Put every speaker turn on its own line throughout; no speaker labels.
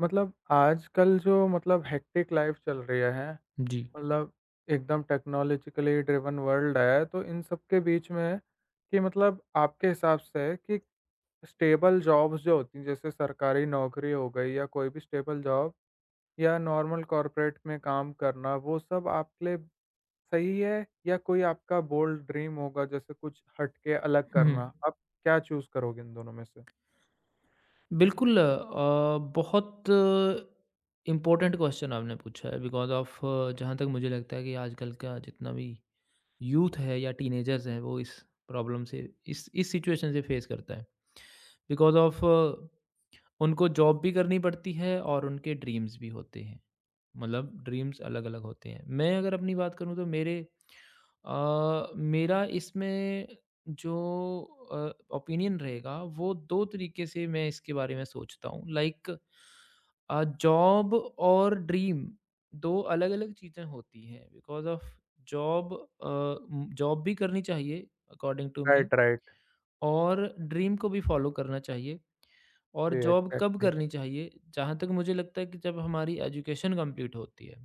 मतलब आजकल जो मतलब हेक्टिक लाइफ चल रही है,
जी।
मतलब एकदम टेक्नोलॉजिकली ड्रिवन वर्ल्ड है, तो इन सब के बीच में कि मतलब आपके हिसाब से कि स्टेबल जॉब्स जो होती हैं, जैसे सरकारी नौकरी हो गई या कोई भी स्टेबल जॉब या नॉर्मल कॉर्पोरेट में काम करना, वो सब आपके लिए सही है या कोई आपका बोल्ड ड्रीम होगा जैसे कुछ हट के अलग
हुँ।
करना? आप क्या चूज़ करोगे इन दोनों में से?
बिल्कुल बहुत इम्पोर्टेंट क्वेश्चन आपने पूछा है बिकॉज़ ऑफ़ जहाँ तक मुझे लगता है कि आजकल का जितना भी यूथ है या टीनेजर्स हैं वो इस प्रॉब्लम से इस सिचुएशन से फेस करता है। बिकॉज़ ऑफ़ उनको जॉब भी करनी पड़ती है और उनके ड्रीम्स भी होते हैं। मतलब ड्रीम्स अलग-अलग होते हैं। मैं अगर अपनी बात करूँ तो मेरा इसमें जो ओपिनियन रहेगा वो 2 तरीके से मैं इसके बारे में सोचता हूँ। लाइक जॉब और ड्रीम 2 अलग-अलग चीज़ें होती हैं। बिकॉज़ ऑफ़ जॉब भी करनी चाहिए according to me
right, right.
और ड्रीम को भी फॉलो करना चाहिए। और
जी,
जॉब कब
एग्ज़ैक्टली।
करनी चाहिए? जहाँ तक मुझे लगता है कि जब हमारी एजुकेशन कंप्लीट होती है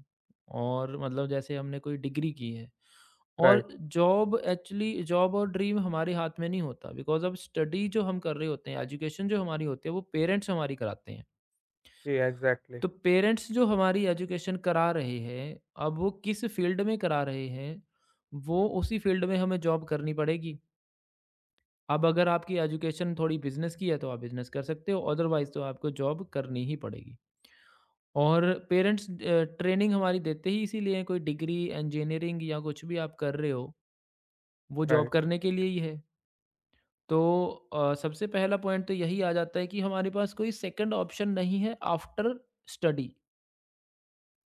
और मतलब जैसे हमने कोई डिग्री की है। और
राइट।
जॉब एक्चुअली जॉब और ड्रीम हमारे हाथ में नहीं होता। बिकॉज अब स्टडी जो हम कर रहे होते हैं एजुकेशन जो हमारी होती है वो पेरेंट्स हमारी कराते हैं।
जी, एग्ज़ैक्टली।
तो पेरेंट्स जो हमारी एजुकेशन करा रहे हैं अब वो किस फील्ड में करा रहे हैं वो उसी फील्ड में हमें जॉब करनी पड़ेगी। अब अगर आपकी एजुकेशन थोड़ी बिजनेस की है तो आप बिजनेस कर सकते हो अदरवाइज तो आपको जॉब करनी ही पड़ेगी। और पेरेंट्स ट्रेनिंग हमारी देते ही इसीलिए हैं, कोई डिग्री इंजीनियरिंग या कुछ भी आप कर रहे हो वो जॉब
राइट।
करने के लिए ही है। तो सबसे पहला पॉइंट तो यही आ जाता है कि हमारे पास कोई सेकंड ऑप्शन नहीं है आफ्टर स्टडी,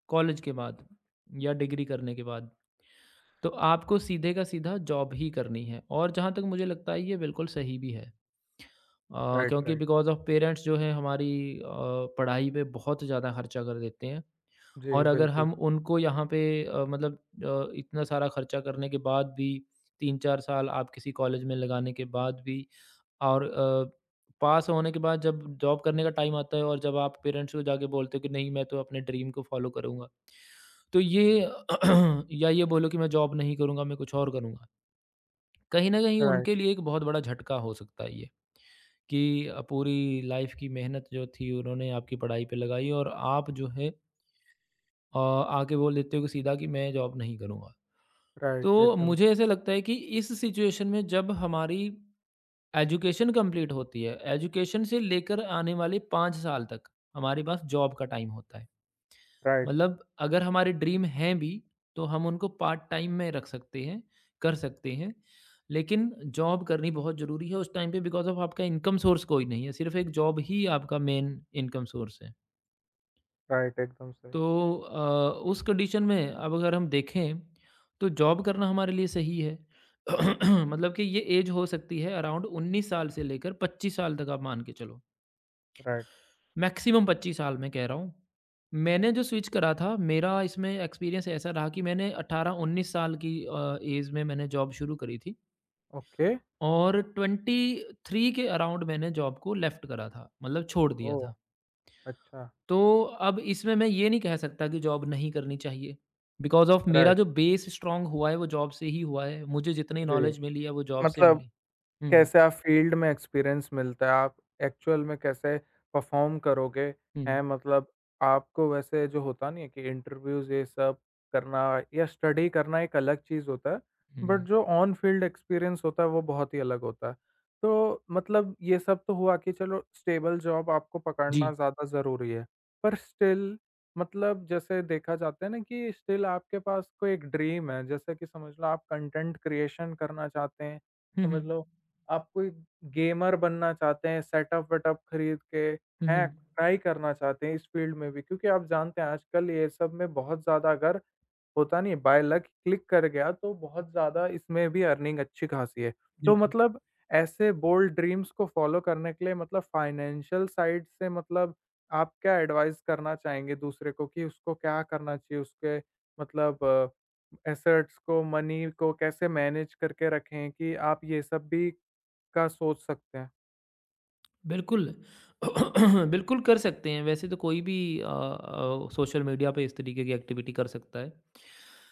कॉलेज के बाद या डिग्री करने के बाद। तो आपको सीधे का सीधा जॉब ही करनी है और जहाँ तक मुझे लगता है ये बिल्कुल सही भी है। अ,
राइट,
क्योंकि
राइट।
बिकॉज ऑफ पेरेंट्स जो है हमारी अ, पढ़ाई पे बहुत ज़्यादा खर्चा कर देते हैं।
जी,
और अगर
बिल्कुल।
हम उनको यहाँ पे मतलब इतना सारा खर्चा करने के बाद भी तीन चार साल आप किसी कॉलेज में लगाने के बाद भी और पास होने के बाद जब जॉब करने का टाइम आता है और जब आप पेरेंट्स को जाके बोलते हो कि नहीं मैं तो अपने ड्रीम को फॉलो करूँगा, तो ये या ये बोलो कि मैं जॉब नहीं करूँगा, मैं कुछ और करूँगा। कहीं न कहीं
राइट,
उनके लिए एक बहुत बड़ा झटका हो सकता है ये कि पूरी लाइफ़ की मेहनत जो थी उन्होंने आपकी पढ़ाई पे लगाई और आप जो है आके बोल देते हो कि सीधा कि मैं जॉब नहीं करूँगा।
राइट,
तो
एकदम।
मुझे ऐसा लगता है कि इस सिचुएशन में जब हमारी एजुकेशन कंप्लीट होती है, एजुकेशन से लेकर आने वाले 5 साल तक हमारे पास जॉब का टाइम होता है।
राइट,
मतलब अगर हमारे ड्रीम हैं भी तो हम उनको पार्ट टाइम में रख सकते हैं, कर सकते हैं। लेकिन जॉब करनी बहुत ज़रूरी है उस टाइम पे, बिकॉज़ ऑफ़ आपका इनकम सोर्स कोई नहीं है। सिर्फ़ एक जॉब ही आपका मेन इनकम सोर्स है।
राइट, एकदम सही।
तो अ, उस कंडीशन में अब अगर हम देखें तो जॉब करना हमारे लिए सही है। मतलब कि ये ऐज हो सकती है अराउंड 19 साल से लेकर 25 साल तक, आप मान के चलो।
राइट।
मैक्सिमम 25 साल मैं कह रहा हूँ। मैंने जो स्विच करा था, मेरा इसमें एक्सपीरियंस ऐसा रहा कि मैंने 18-19 साल की ऐज में मैंने जॉब शुरू करी थी
ओके।
और 23 के अराउंड मैंने जॉब को लेफ्ट करा था, मतलब छोड़ दिया
ओह!
था।
अच्छा।
तो अब इसमें मैं ये नहीं कह सकता कि जॉब नहीं करनी चाहिए, बिकॉज़ ऑफ मेरा
राइट।
जो बेस स्ट्रॉन्ग हुआ है, वो जॉब से ही हुआ है। मुझे जितनी
जी।
नॉलेज मिली है, वो जॉब से
मतलब
मिली। हुँ,
कैसे आप फ़ील्ड में एक्सपीरियंस मिलता है, आप एक्चुअल में कैसे परफ़ॉर्म करोगे,
हुँ,
हैं मतलब आपको वैसे जो होता नहीं है कि इंटरव्यूज़ ये सब करना या स्टडी करना एक अलग चीज़ होता है, बट
हुँ।
जो ऑन फ़ील्ड एक्सपीरियंस होता है वो बहुत ही अलग होता है। तो मतलब ये सब तो हुआ कि चलो स्टेबल जॉब आपको
जी।
पकड़ना ज़्यादा ज़रूरी है, पर स्टिल मतलब जैसे देखा जाता है ना कि स्टिल आपके पास कोई एक ड्रीम है, जैसे कि समझ लो आप कंटेंट क्रिएशन करना चाहते हैं,
हुँ,
समझ
हुँ।
लो आप कोई गेमर बनना चाहते हैं, सेटअप वेटअप खरीद के,
हुँ,
हैं?
हुँ।
ट्राई करना चाहते हैं इस फ़ील्ड में भी क्योंकि आप जानते हैं आजकल ये सब में बहुत ज़्यादा अगर होता नहीं है बाय लक क्लिक कर गया तो बहुत ज़्यादा इसमें भी अर्निंग अच्छी खासी है। तो
बिल्कुल।
मतलब ऐसे बोल्ड ड्रीम्स को फ़ॉलो करने के लिए मतलब फाइनेंशियल साइड से मतलब आप क्या एडवाइस करना चाहेंगे दूसरे को कि उसको क्या करना चाहिए? उसके मतलब एसेट्स को, मनी को कैसे मैनेज करके रखें कि आप ये सब भी का सोच सकते हैं।
बिल्कुल। बिल्कुल कर सकते हैं, वैसे तो कोई भी सोशल मीडिया पे इस तरीके की एक्टिविटी कर सकता है।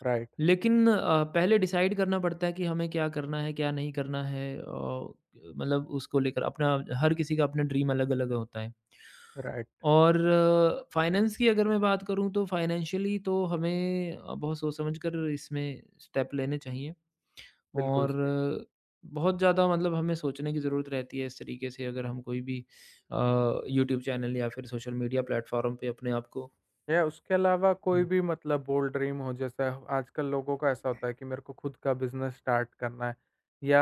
राइट,
लेकिन पहले डिसाइड करना पड़ता है कि हमें क्या करना है, क्या नहीं करना है औ मतलब उसको लेकर अपना, हर किसी का अपना ड्रीम अलग-अलग होता है।
राइट।
और फाइनेंस की अगर मैं बात करूँ तो फाइनेंशियली तो हमें बहुत सोच समझ कर इसमें स्टेप लेने चाहिए।
बिल्कुल
और
स
बहुत ज़्यादा मतलब हमें सोचने की ज़रूरत रहती है इस तरीके से अगर हम कोई भी यूट्यूब चैनल या फिर सोशल मीडिया प्लेटफ़ॉर्म पे अपने आप को।
या उसके अलावा कोई
हुँ,
भी मतलब बोल्ड ड्रीम हो जैसे आजकल लोगों का ऐसा होता है कि मेरे को खुद का बिज़नेस स्टार्ट करना है या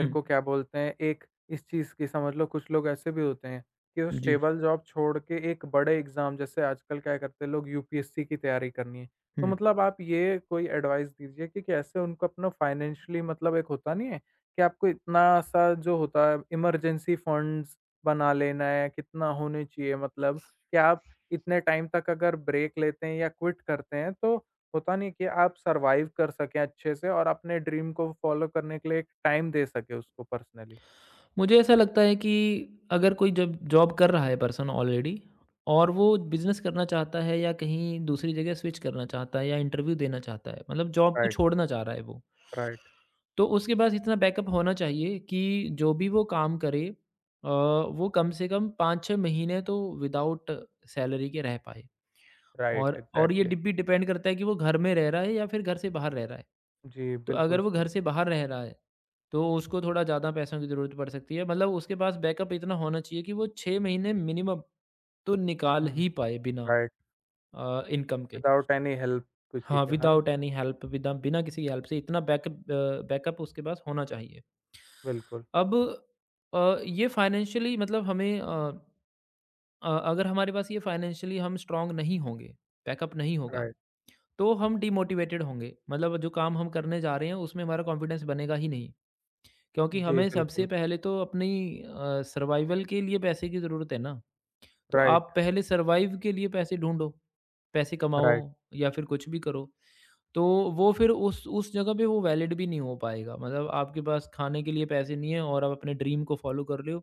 हुँ,
को क्या बोलते हैं एक इस चीज़ की समझ लो कुछ लोग ऐसे भी होते हैं कि वो
जी,
स्टेबल जॉब छोड़ के एक बड़े एग्ज़ाम जैसे आजकल क्या करते हैं लोग यूपीएससी की तैयारी करनी है। तो
हुँ।
मतलब आप ये कोई एडवाइस दीजिए कि कैसे उनको अपना फाइनेंशियली मतलब एक होता नहीं है कि आपको इतना-सा जो होता है इमरजेंसी फंड्स बना लेना है, कितना होने चाहिए मतलब कि आप इतने टाइम तक अगर ब्रेक लेते हैं या क्विट करते हैं तो होता नहीं कि आप सर्वाइव कर सकें अच्छे से और अपने ड्रीम को फॉलो करने के लिए एक टाइम दे सके उसको पर्सनली।
मुझे ऐसा लगता है कि अगर कोई जब जॉब कर रहा है पर्सन ऑलरेडी और वो बिज़नेस करना चाहता है या कहीं दूसरी जगह स्विच करना चाहता है या इंटरव्यू देना चाहता है, मतलब जॉब को
राइट।
छोड़ना चाह रहा है वो।
राइट।
तो उसके पास इतना बैकअप होना चाहिए कि जो भी वो काम करे वो कम से कम 5-6 महीने तो विदाउट सैलरी के रह पाए। और
राइट।
ये
एग्जैक्टली।
डि भी डिपेंड करता है कि वो घर में रह रहा है या फिर घर से बाहर रह रहा है।
जी,
तो अगर
बिल्कुल
वो
सही।
घर से बाहर रह रहा है, तो उसको थोड़ा ज़्यादा पैसों की ज़रूरत पड़ सकती है। मतलब उसके पास बैकअप इतना होना चाहिए कि वो 6 महीने मिनिमम तो निकाल
हुँ,
ही पाए बिना
राइट।
इनकम के।
विदाउट एनी हेल्प किसी
हाँ,
के, है ना?
विदाउट एनी हेल्प विदा बिना किसी हेल्प से इतना बैकअप बैकअप उसके पास होना चाहिए।
बिल्कुल।
अब ये फाइनेंशियली मतलब अगर हमारे पास ये फाइनेंशियली हम स्ट्रांग नहीं होंगे, बैकअप नहीं होगा,
राइट।
तो हम डिमोटिवेटेड होंगे। मतलब जो काम हम करने जा रहे हैं उसमें हमारा कॉन्फिडेंस बनेगा ही नहीं, क्योंकि
जी,
हमें सबसे
बिल्कुल।
पहले तो अपनी सर्वाइवल के लिए पैसे की ज़रूरत है ना। तो
राइट।
आप पहले सर्वाइव के लिए पैसे ढूँढो, पैसे कमाओ
राइट।
या फिर कुछ भी करो। तो वो फिर उस जगह पे वो वैलिड भी नहीं हो पाएगा, मतलब आपके पास खाने के लिए पैसे नहीं है और आप अपने ड्रीम को फॉलो कर रहे हो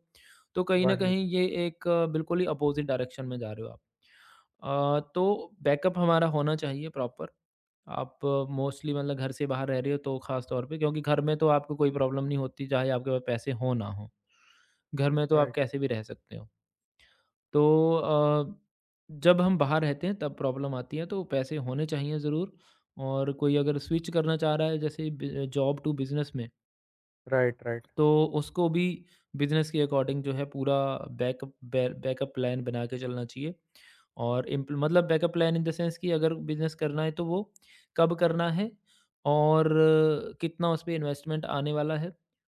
तो कहीं ना
वही।
कहीं ये एक बिल्कुल ही अपोजिट डायरेक्शन में जा रहे हो आप। तो बैकअप हमारा होना चाहिए प्रॉपर। आप मोस्टली मतलब घर से बाहर रह रहे हो तो खास तौर पे, क्योंकि घर में तो आपको कोई प्रॉब्लम नहीं होती चाहे आपके पास पैसे हो ना हो, घर में तो आप
राइट।
कैसे भी रह सकते हो। तो अ, जब हम बाहर रहते हैं तब प्रॉब्लम आती है तो पैसे होने चाहिए ज़रूर। और कोई अगर स्विच करना चाह रहा है जैसे जॉब टू बिज़नेस में,
राइट। राइट।
तो उसको भी बिज़नेस के अकॉर्डिंग जो है पूरा बैकअप प्लान बना के चलना चाहिए। और इम्प्ल मतलब backup plan in the sense कि अगर बिज़नेस करना है तो वो कब करना है और कितना उस पे इन्वेस्टमेंट आने वाला है,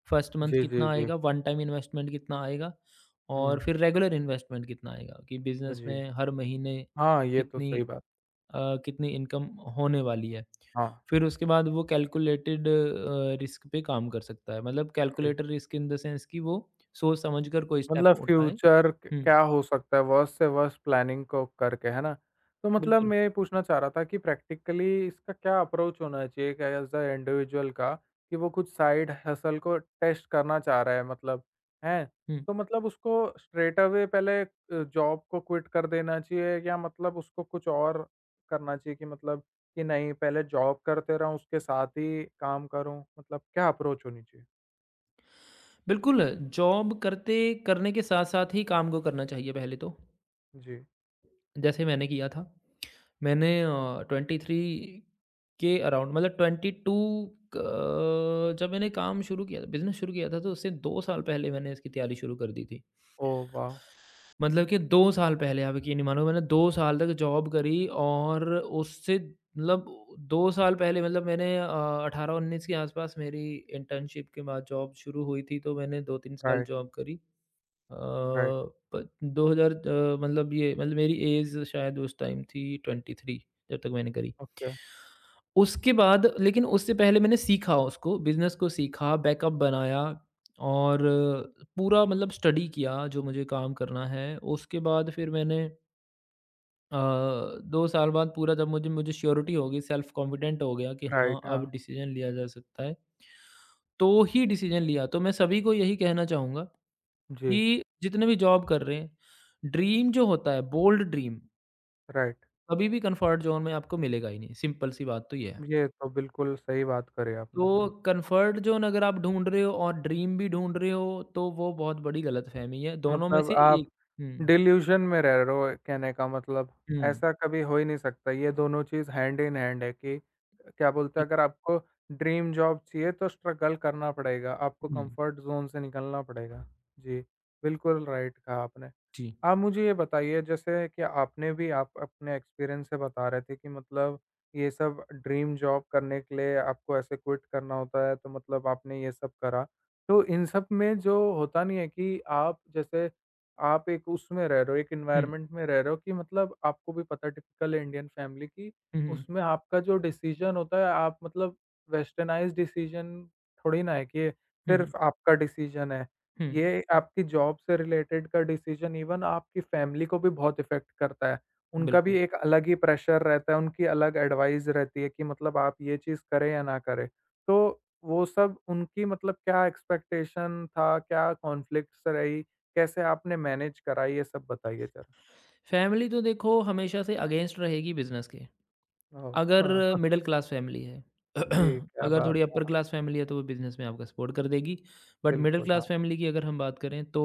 फर्स्ट मंथ
जी, जी,
कितना
जी।
आएगा, वन टाइम इन्वेस्टमेंट कितना आएगा और
हुँ,
फिर रेगुलर इन्वेस्टमेंट कितना आएगा, कि बिज़नेस
जी।
में हर महीने
हाँ, ये तो
कितनी
सही बात।
कितनी इनकम होने वाली है।
हाँ।
फिर उसके बाद वो कैलकुलेटेड रिस्क पे काम कर सकता है। मतलब
जी।
Calculated risk in the sense कि वो सोच समझ कर कोई स्टेप
मतलब
उठाए।
फ्यूचर क
हुँ,
क्या हो सकता है, वर्स्ट से वर्स्ट प्लानिंग को करके, है ना? तो मतलब
बिल्कुल।
मैं ये पूछना चाह रहा था कि प्रैक्टिकली इसका क्या अप्रोच होना चाहिए एक एज़ अ इंडिविजुअल का कि वो कुछ साइड हसल को टेस्ट करना चाह रहा है मतलब, हैं?
हुँ,
तो मतलब उसको स्ट्रेट अवे पहले जॉब को क्विट कर देना चाहिए या मतलब उसको कुछ और करना चाहिए कि मतलब कि नहीं पहले जॉब करते रहूँ, उसके साथ ही काम करूँ? मतलब क्या अप्रोच होनी चाहिए?
बिल्कुल। जॉब करते करने के साथ-साथ ही काम को करना चाहिए पहले तो,
जी।
जैसे मैंने किया था। 23 के अराउंड मतलब 22 क जब मैंने काम शुरू किया था, बिज़नेस शुरू किया था, तो उससे 2 साल पहले मैंने इसकी तैयारी शुरू कर दी थी।
ओह वाह!
मतलब कि 2 साल पहले आप यकीन नहीं मानोगे मैंने 2 साल तक जॉब करी और उससे मतलब 2 साल पहले मतलब मैंने 18-19 के आस-पास मेरी इंटर्नशिप के बाद जॉब शुरू हुई थी, तो मैंने 2-3 साल
राइट,
जॉब करी। अ,
राइट।
प 2000 मतलब ये मतलब मेरी ऐज शायद उस टाइम थी 23 जब तक मैंने करी।
ओके।
उसके बाद लेकिन उससे पहले मैंने सीखा उसको, बिज़नेस को सीखा, बैकअप बनाया और पूरा मतलब स्टडी किया जो मुझे काम करना है। उसके बाद फिर अ, 2 साल बाद पूरा जब मुझे मुझे श्योरिटी हो गई, सेल्फ कॉन्फिडेंट हो गया कि हाँ,
राइट,
अब
हाँ।
डिसीज़न लिया जा सकता है, तो ही डिसीज़न लिया। तो मैं सभी को यही कहना चाहूँगा
जी,
कि जितने भी जॉब कर रहे हैं, ड्रीम जो होता है बोल्ड ड्रीम,
राइट।
कभी भी कंफर्ट जोन में आपको मिलेगा ही नहीं, सिंपल सी बात तो ये है।
ये तो बिल्कुल सही बात करी आपने,
तो
हाँ।
कंफर्ट जोन अगर आप ढूंढ रहे हो और ड्रीम भी ढूंढ रहे हो तो वो बहुत बड़ी गलतफहमी है, दोनों में
मतलब
से एक।
आप
हुँ,
डिल्यूज़न में रह रहे हो कहने का मतलब,
हुँ,
ऐसा कभी हो ही नहीं सकता। ये दोनों चीज़ हैंड इन हैंड है कि क्या बोलते
जी,
हैं अगर आपको ड्रीम जॉब चाहिए तो स्ट्रगल करना पड़ेगा, आपको
हुँ,
कंफर्ट ज़ोन से निकलना पड़ेगा। जी, बिल्कुल राइट कहा आपने।
जी,
आप मुझे ये बताइए जैसे कि आपने भी आप अपने एक्सपीरियंस से बता रहे थे कि मतलब ये सब ड्रीम जॉब करने के लिए आपको ऐसे क्विट करना होता है तो मतलब आपने ये सब करा। तो इन सब में जो होता नहीं है कि आप जैसे आप एक उसमें रह रहे हो, एक
हुँ,
एनवायरनमेंट में रह रहे हो कि मतलब आपको भी पता है टिपिकल इंडियन फैमिली की
हुँ, हुँ,
उसमें आपका जो डिसीजन होता है आप मतलब वेस्टर्नाइज्ड डिसीजन थोड़ी ना है कि ये
हुँ,
सिर्फ़ आपका डिसीजन है।
हुँ,
ये आपकी जॉब से रिलेटेड का डिसीजन इवन आपकी फैमिली को भी बहुत इफ़ेक्ट करता है। उनका भी
बिल्कुल।
एक अलग ही प्रेशर रहता है, उनकी अलग एडवाइस रहती है कि मतलब आप ये चीज़ करें या ना करें। तो वो सब उनकी मतलब क्या एक्सपेक्टेशन था, क्या कॉन्फ्लिक्ट्स रही, कैसे आपने मैनेज करा ये सब बताइए ज़रा?
फैमिली तो देखो हमेशा से अगेंस्ट रहेगी बिज़नेस के,
ओह!
अगर
हाँ।
मिडल क्लास फ़ैमिली है।
जी, क्या
अगर थोड़ी
बात है।
अपर
हाँ,
क्लास फ़ैमिली है, तो वो बिज़नेस में आपका सपोर्ट कर देगी। बट मिडल
बिल्कुल, हाँ।
क्लास फ़ैमिली की अगर हम बात करें तो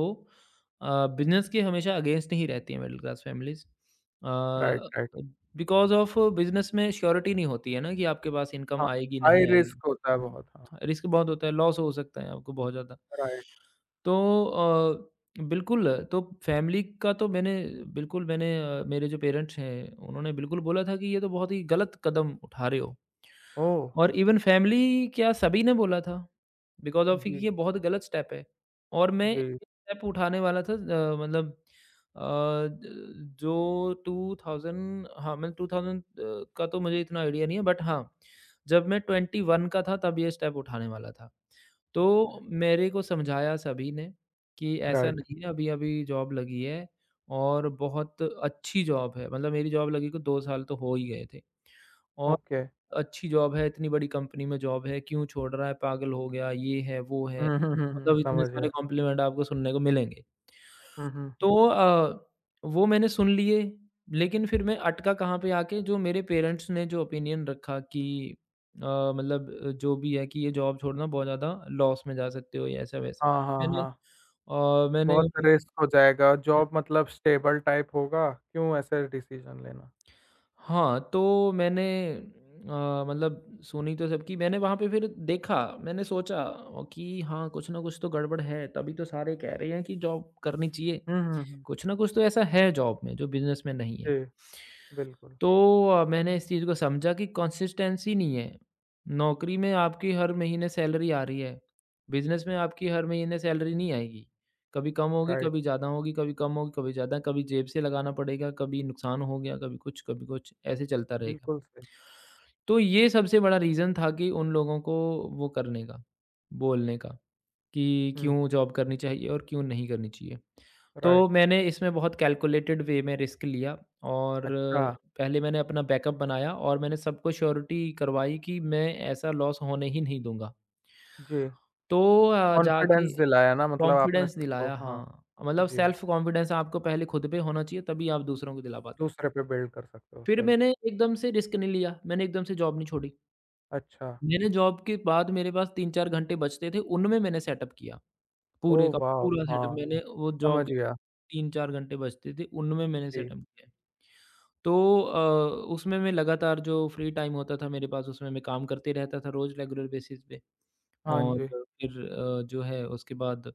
बिज़नेस के हमेशा अगेंस्ट ही रहती है middle class families.
Right, right.
Because of business में श्योरिटी नहीं होती है ना, कि आपके पास इनकम
हाँ,
आएगी, नहीं
हाई
आएगी।
रिस्क होता है
हुँ,
बहुत, हाँ।
रिस्क बहुत होता है, लॉस हो सकता है आपको बहुत ज़्यादा।
राइट।
तो अ बिल्कुल, तो फैमिली का तो मैंने बिल्कुल, मेरे जो पेरेंट्स हैं, उन्होंने बिल्कुल बोला था कि ये तो बहुत ही गलत कदम उठा रहे हो।
ओह!
और इवन फैमिली क्या सभी ने बोला था, बिकॉज़ ऑफ कि
जी,
ये बहुत गलत स्टेप है और मैं ये
जी,
स्टेप उठाने वाला था। अ, मतलब अ, ज जो 2000, हाँ, मतलब 2000 का तो मुझे इतना आइडिया नहीं है, बट हाँ, जब मैं 21 का था तब ये स्टेप उठाने वाला था।
ओके,
तो मेरे को समझाया सभी ने कि ऐसा हुँ।
राइट,
नहीं है, अभी-अभी जॉब लगी है और बहुत अच्छी जॉब है। मतलब मेरी जॉब लगी को 2 साल तो हो ही गए थे और
ओके।
अच्छी जॉब है, इतनी बड़ी कंपनी में जॉब है, क्यों छोड़ रहा है, पागल हो गया, ये है, वो है।
हुँ, हुँ, हुँ, हुँ,
मतलब इतने
समझ
सारे
गया।
कॉम्प्लीमेंट आपको सुनने को मिलेंगे।
हुँ, हुँ,
तो
हुँ।
वो मैंने सुन लिए, लेकिन फिर मैं अटका कहाँ पे आके, जो मेरे पेरेंट्स ने जो ओपिनियन रखा कि अ, जो भी है कि ये जॉब छोड़ना बहुत ज़्यादा लॉस में जा सकते हो या ऐसा-वैसा।
हाँ, हाँ,
मैंने
हाँ।
अ, मैंने
बहुत रिस्क हो जाएगा, जॉब मतलब स्टेबल टाइप होगा, क्यों ऐसे डिसीज़न लेना?
हाँ, तो मतलब सुनी तो सबकी मैंने, वहाँ पे फिर देखा, मैंने सोचा कि हाँ, कुछ ना कुछ तो गड़बड़ है, तभी तो सारे कह रहे हैं कि जॉब करनी चाहिए।
हुँ, हुँ, हुँ।
कुछ ना कुछ तो ऐसा है जॉब में जो बिज़नेस में नहीं है।
जी, बिल्कुल,
तो मैंने इस चीज़ को समझा कि कंसिस्टेंसी नहीं है। नौकरी में आपकी हर महीने सैलरी आ रही है, बिज़नेस में आपकी हर महीने सैलरी नहीं आएगी। कभी कम होगी,
राइट,
कभी ज़्यादा होगी, कभी कम होगी, कभी ज़्यादा, कभी जेब से लगाना पड़ेगा, कभी नुकसान हो गया, कभी कुछ, कभी कुछ, ऐसे चलता रहेगा।
बिल्कुल सही।
तो ये सबसे बड़ा रीज़न था कि उन लोगों को वो करने का, बोलने का कि
हुँ,
क्यों जॉब करनी चाहिए और क्यों नहीं करनी चाहिए। तो
राइट।
मैंने इसमें बहुत कैलकुलेटेड वे में रिस्क लिया और
अच्छा।
पहले मैंने अपना बैकअप बनाया और मैंने सबको श्योरिटी करवाई कि मैं ऐसा लॉस होने ही नहीं दूँगा।
जी,
तो जाके
कॉन्फिडेंस दिलाया ना मतलब आपने
कॉन्फिडेंस
सबको,
दिलाया,
हाँ।
हाँ, मतलब
जी,
सेल्फ कॉन्फिडेंस आपको पहले खुद पे होना चाहिए तभी आप दूसरों को दिला पाते हो।
दूसरे पे बिल्ड कर सकते हो,
फिर
सही।
मैंने एकदम से रिस्क नहीं लिया, मैंने एकदम से जॉब नहीं छोड़ी।
अच्छा।
मैंने जॉब के बाद मेरे पास 3-4 घंटे बचते थे, उनमें मैंने सेटअप किया। पूरे
ओह
का
वाव!
पूरा सेटअप
हाँ,
मैंने वो
समझ
जॉब के
गया।
3-4 घंटे बचते थे, उनमें मैंने
जी,
सेटअप किया। तो उसमें मैं लगातार जो फ्री टाइम होता था मेरे पास उसमें मैं काम करते रहता था, रोज़ रेगुलर बेसिस पे।
हाँ।
और
जी,
फिर जो है उसके बाद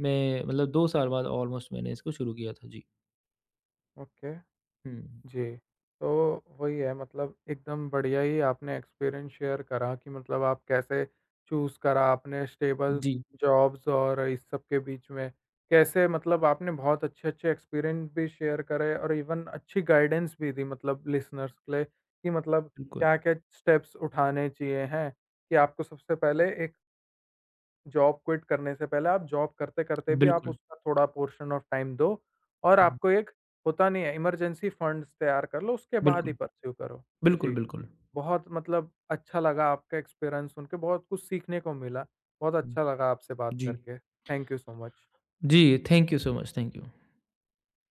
मैं मतलब 2 साल बाद ऑलमोस्ट मैंने इसको शुरू किया था। जी।
ओके।
हुँ।
जी। तो वही है मतलब एकदम बढ़िया ही आपने एक्सपीरियंस शेयर करा कि मतलब आप कैसे चूज़ करा आपने स्टेबल
जी,
जॉब्स और इस सब के बीच में। कैसे मतलब आपने बहुत अच्छे-अच्छे एक्सपीरियंस भी शेयर करे और इवन अच्छी गाइडेंस भी दी मतलब लिसनर्स के लिए कि मतलब
बिल्कुल।
क्या-क्या स्टेप्स उठाने चाहिए हैं, कि आपको सबसे पहले एक जॉब क्विट करने से पहले आप जॉब करते-करते भी आप
बिल्कुल।
उसका थोड़ा पोर्शन ऑफ टाइम दो और
हुँ,
आपको एक होता नहीं है इमरजेंसी फंड्स तैयार कर लो, उसके बाद ही
बिल्कुल।
परस्यू करो।
बिल्कुल,
जी,
बिल्कुल।
बहुत मतलब अच्छा लगा आपका एक्सपीरियंस सुन के, बहुत कुछ सीखने को मिला। बहुत
हुँ,
अच्छा लगा आपसे बात
जी।
करके। Thank you so much.
जी, thank you so much. Thank you.